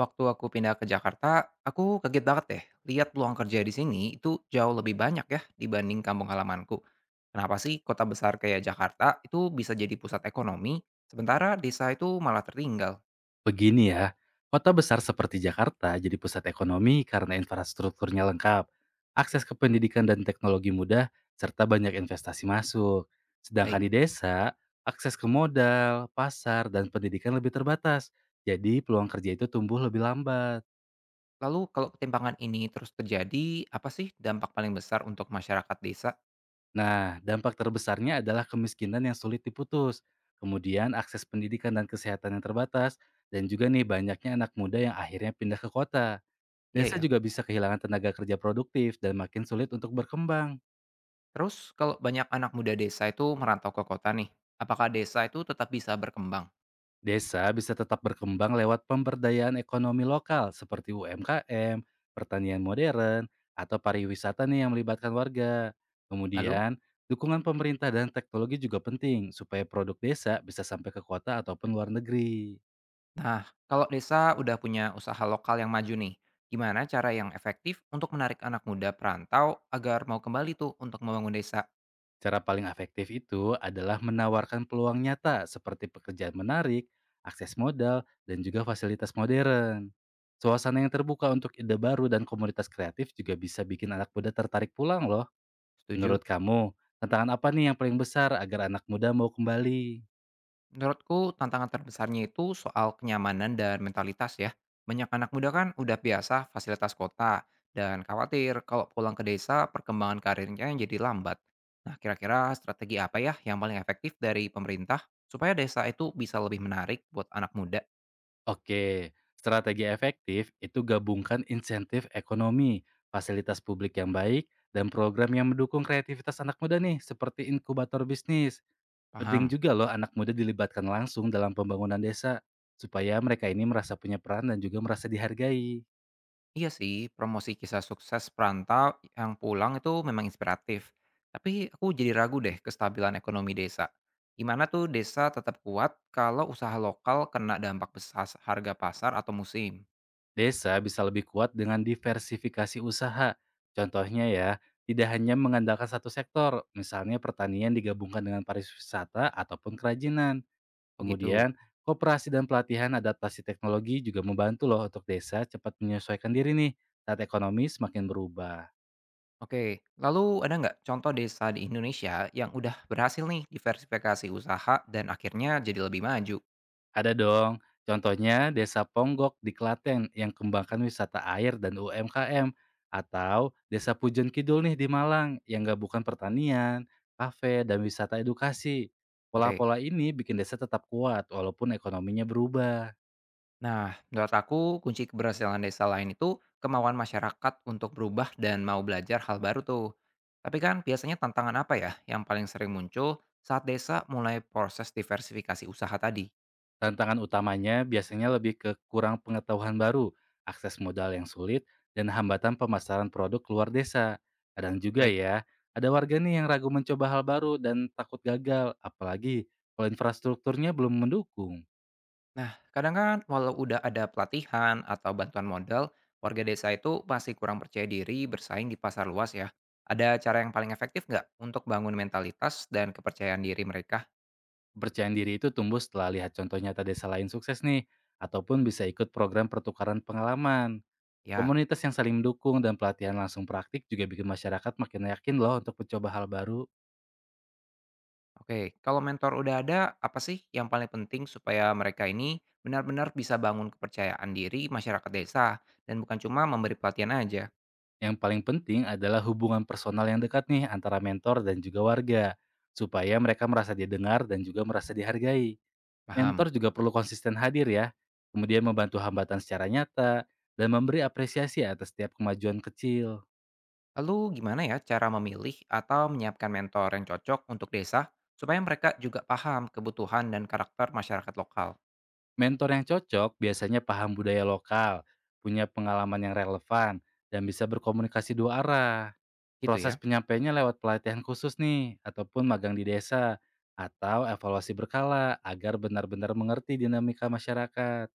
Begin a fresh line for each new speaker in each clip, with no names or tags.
Waktu aku pindah ke Jakarta, aku kaget banget deh lihat peluang kerja di sini itu jauh lebih banyak ya dibanding kampung halamanku. Kenapa sih kota besar kayak Jakarta itu bisa jadi pusat ekonomi, sementara desa itu malah tertinggal?
Begini ya, kota besar seperti Jakarta jadi pusat ekonomi karena infrastrukturnya lengkap, akses ke pendidikan dan teknologi mudah, serta banyak investasi masuk.
Baik,
Sedangkan di desa, akses ke modal, pasar, dan pendidikan lebih terbatas. Jadi peluang kerja itu tumbuh lebih lambat.
lalu kalau ketimpangan ini terus terjadi, apa sih dampak paling besar untuk masyarakat desa?
Nah, dampak terbesarnya adalah kemiskinan yang sulit diputus. Kemudian akses pendidikan dan kesehatan yang terbatas, dan juga nih banyaknya anak muda yang akhirnya pindah ke kota.
Iya
Desa
ya.
juga bisa kehilangan tenaga kerja produktif dan makin sulit untuk berkembang.
Terus kalau banyak anak muda desa itu merantau ke kota nih, apakah desa itu tetap bisa berkembang?
Desa bisa tetap berkembang lewat pemberdayaan ekonomi lokal seperti UMKM, pertanian modern, atau pariwisata nih yang melibatkan warga.
Lalu?
Kemudian, dukungan pemerintah dan teknologi juga penting supaya produk desa bisa sampai ke kota ataupun luar negeri.
Nah, kalau desa udah punya usaha lokal yang maju nih, gimana cara yang efektif untuk menarik anak muda perantau agar mau kembali tuh untuk membangun desa?
Cara paling efektif itu adalah menawarkan peluang nyata seperti pekerjaan menarik, akses modal, dan juga fasilitas modern. Suasana yang terbuka untuk ide baru dan komunitas kreatif juga bisa bikin anak muda tertarik pulang loh.
Setuju.
Menurut kamu, tantangan apa nih yang paling besar agar anak muda mau kembali?
Menurutku tantangan terbesarnya itu soal kenyamanan dan mentalitas ya. Banyak anak muda kan udah biasa fasilitas kota dan khawatir kalau pulang ke desa perkembangan karirnya jadi lambat. Nah, kira-kira strategi apa ya yang paling efektif dari pemerintah supaya desa itu bisa lebih menarik buat anak muda?
Oke, strategi efektif itu gabungkan insentif ekonomi, fasilitas publik yang baik, dan program yang mendukung kreativitas anak muda nih seperti inkubator bisnis. Penting
Paham?
juga loh anak muda dilibatkan langsung dalam pembangunan desa, supaya mereka ini merasa punya peran dan juga merasa dihargai.
Iya sih, promosi kisah sukses perantau yang pulang itu memang inspiratif. Tapi aku jadi ragu deh kestabilan ekonomi desa. Gimana tuh desa tetap kuat kalau usaha lokal kena dampak besar harga pasar atau musim?
Desa bisa lebih kuat dengan diversifikasi usaha. Contohnya ya, tidak hanya mengandalkan satu sektor, misalnya pertanian digabungkan dengan pariwisata ataupun kerajinan.
Oh gitu.
Kemudian, koperasi dan pelatihan adaptasi teknologi juga membantu loh untuk desa cepat menyesuaikan diri nih saat ekonomi semakin berubah.
Oke, lalu ada nggak contoh desa di Indonesia yang udah berhasil nih diversifikasi usaha dan akhirnya jadi lebih maju?
Ada dong. Contohnya Desa Ponggok di Klaten yang kembangkan wisata air dan UMKM atau Desa Pujon Kidul nih di Malang yang gabungkan pertanian, kafe, dan wisata edukasi.
Oke.
Pola-pola ini bikin desa tetap kuat walaupun ekonominya berubah.
Nah, menurut aku kunci keberhasilan desa lain itu kemauan masyarakat untuk berubah dan mau belajar hal baru tuh. Tapi kan biasanya tantangan apa ya yang paling sering muncul saat desa mulai proses diversifikasi usaha tadi?
Tantangan utamanya biasanya lebih ke kurang pengetahuan baru, akses modal yang sulit, dan hambatan pemasaran produk luar desa. Kadang juga
Baik.
ya, ada warga nih yang ragu mencoba hal baru dan takut gagal, apalagi kalau infrastrukturnya belum mendukung.
Nah, kadang kan walau udah ada pelatihan atau bantuan modal, warga desa itu masih kurang percaya diri bersaing di pasar luas ya. Ada cara yang paling efektif nggak untuk bangun mentalitas dan kepercayaan diri mereka?
Kepercayaan diri itu tumbuh setelah lihat contoh nyata desa lain sukses nih, ataupun bisa ikut program pertukaran pengalaman.
Ya.
Komunitas yang saling mendukung dan pelatihan langsung praktik juga bikin masyarakat makin yakin loh untuk mencoba hal baru.
Oke, kalau mentor udah ada, apa sih yang paling penting supaya mereka ini benar-benar bisa bangun kepercayaan diri masyarakat desa dan bukan cuma memberi pelatihan aja?
Yang paling penting adalah hubungan personal yang dekat nih antara mentor dan juga warga, supaya mereka merasa didengar dan juga merasa dihargai.
Paham.
Mentor juga perlu konsisten hadir ya, kemudian membantu hambatan secara nyata, dan memberi apresiasi atas setiap kemajuan kecil.
Lalu gimana ya cara memilih atau menyiapkan mentor yang cocok untuk desa supaya mereka juga paham kebutuhan dan karakter masyarakat lokal?
Mentor yang cocok biasanya paham budaya lokal, punya pengalaman yang relevan, dan bisa berkomunikasi dua arah.
Gitu
Proses
ya.
penyampaiannya lewat pelatihan khusus nih, ataupun magang di desa, atau evaluasi berkala agar benar-benar mengerti dinamika masyarakat.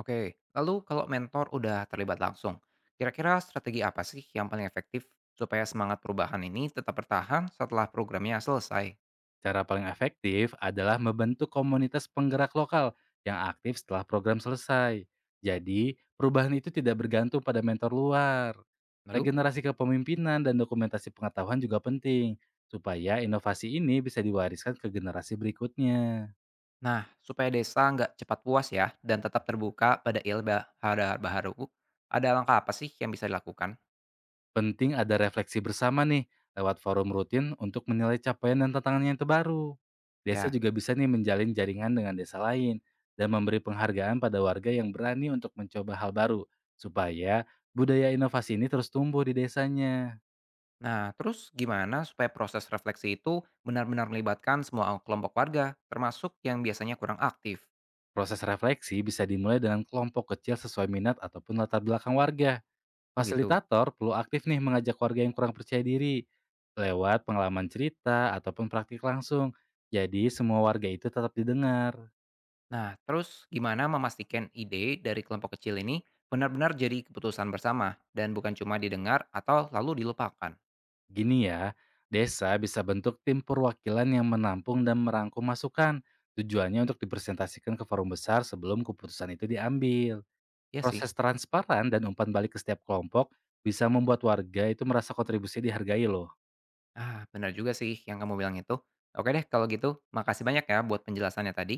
Oke, lalu kalau mentor udah terlibat langsung, kira-kira strategi apa sih yang paling efektif supaya semangat perubahan ini tetap bertahan setelah programnya selesai?
Cara paling efektif adalah membentuk komunitas penggerak lokal yang aktif setelah program selesai. Jadi, perubahan itu tidak bergantung pada mentor luar.
Lalu?
Regenerasi kepemimpinan dan dokumentasi pengetahuan juga penting, supaya inovasi ini bisa diwariskan ke generasi berikutnya.
Nah, supaya desa nggak cepat puas ya dan tetap terbuka pada ilmu baru, ada langkah apa sih yang bisa dilakukan?
Penting ada refleksi bersama nih, lewat forum rutin untuk menilai capaian dan tantangan yang terbaru. Desa
Ya.
juga bisa nih menjalin jaringan dengan desa lain dan memberi penghargaan pada warga yang berani untuk mencoba hal baru, supaya budaya inovasi ini terus tumbuh di desanya.
Nah, terus gimana supaya proses refleksi itu benar-benar melibatkan semua kelompok warga, termasuk yang biasanya kurang aktif?
Proses refleksi bisa dimulai dengan kelompok kecil sesuai minat ataupun latar belakang warga.
Oh gitu.
Fasilitator perlu aktif nih mengajak warga yang kurang percaya diri lewat pengalaman cerita ataupun praktik langsung. Jadi semua warga itu tetap didengar.
Nah, terus gimana memastikan ide dari kelompok kecil ini benar-benar jadi keputusan bersama dan bukan cuma didengar atau lalu dilupakan?
Gini ya, desa bisa bentuk tim perwakilan yang menampung dan merangkum masukan. Tujuannya untuk dipresentasikan ke forum besar sebelum keputusan itu diambil.
Ya sih.
Proses transparan dan umpan balik ke setiap kelompok bisa membuat warga itu merasa kontribusi dihargai loh.
Ah, benar juga sih yang kamu bilang itu. Oke deh, kalau gitu, makasih banyak ya buat penjelasannya tadi.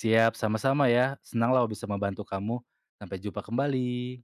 Siap, sama-sama ya. Senanglah bisa membantu kamu. Sampai jumpa kembali.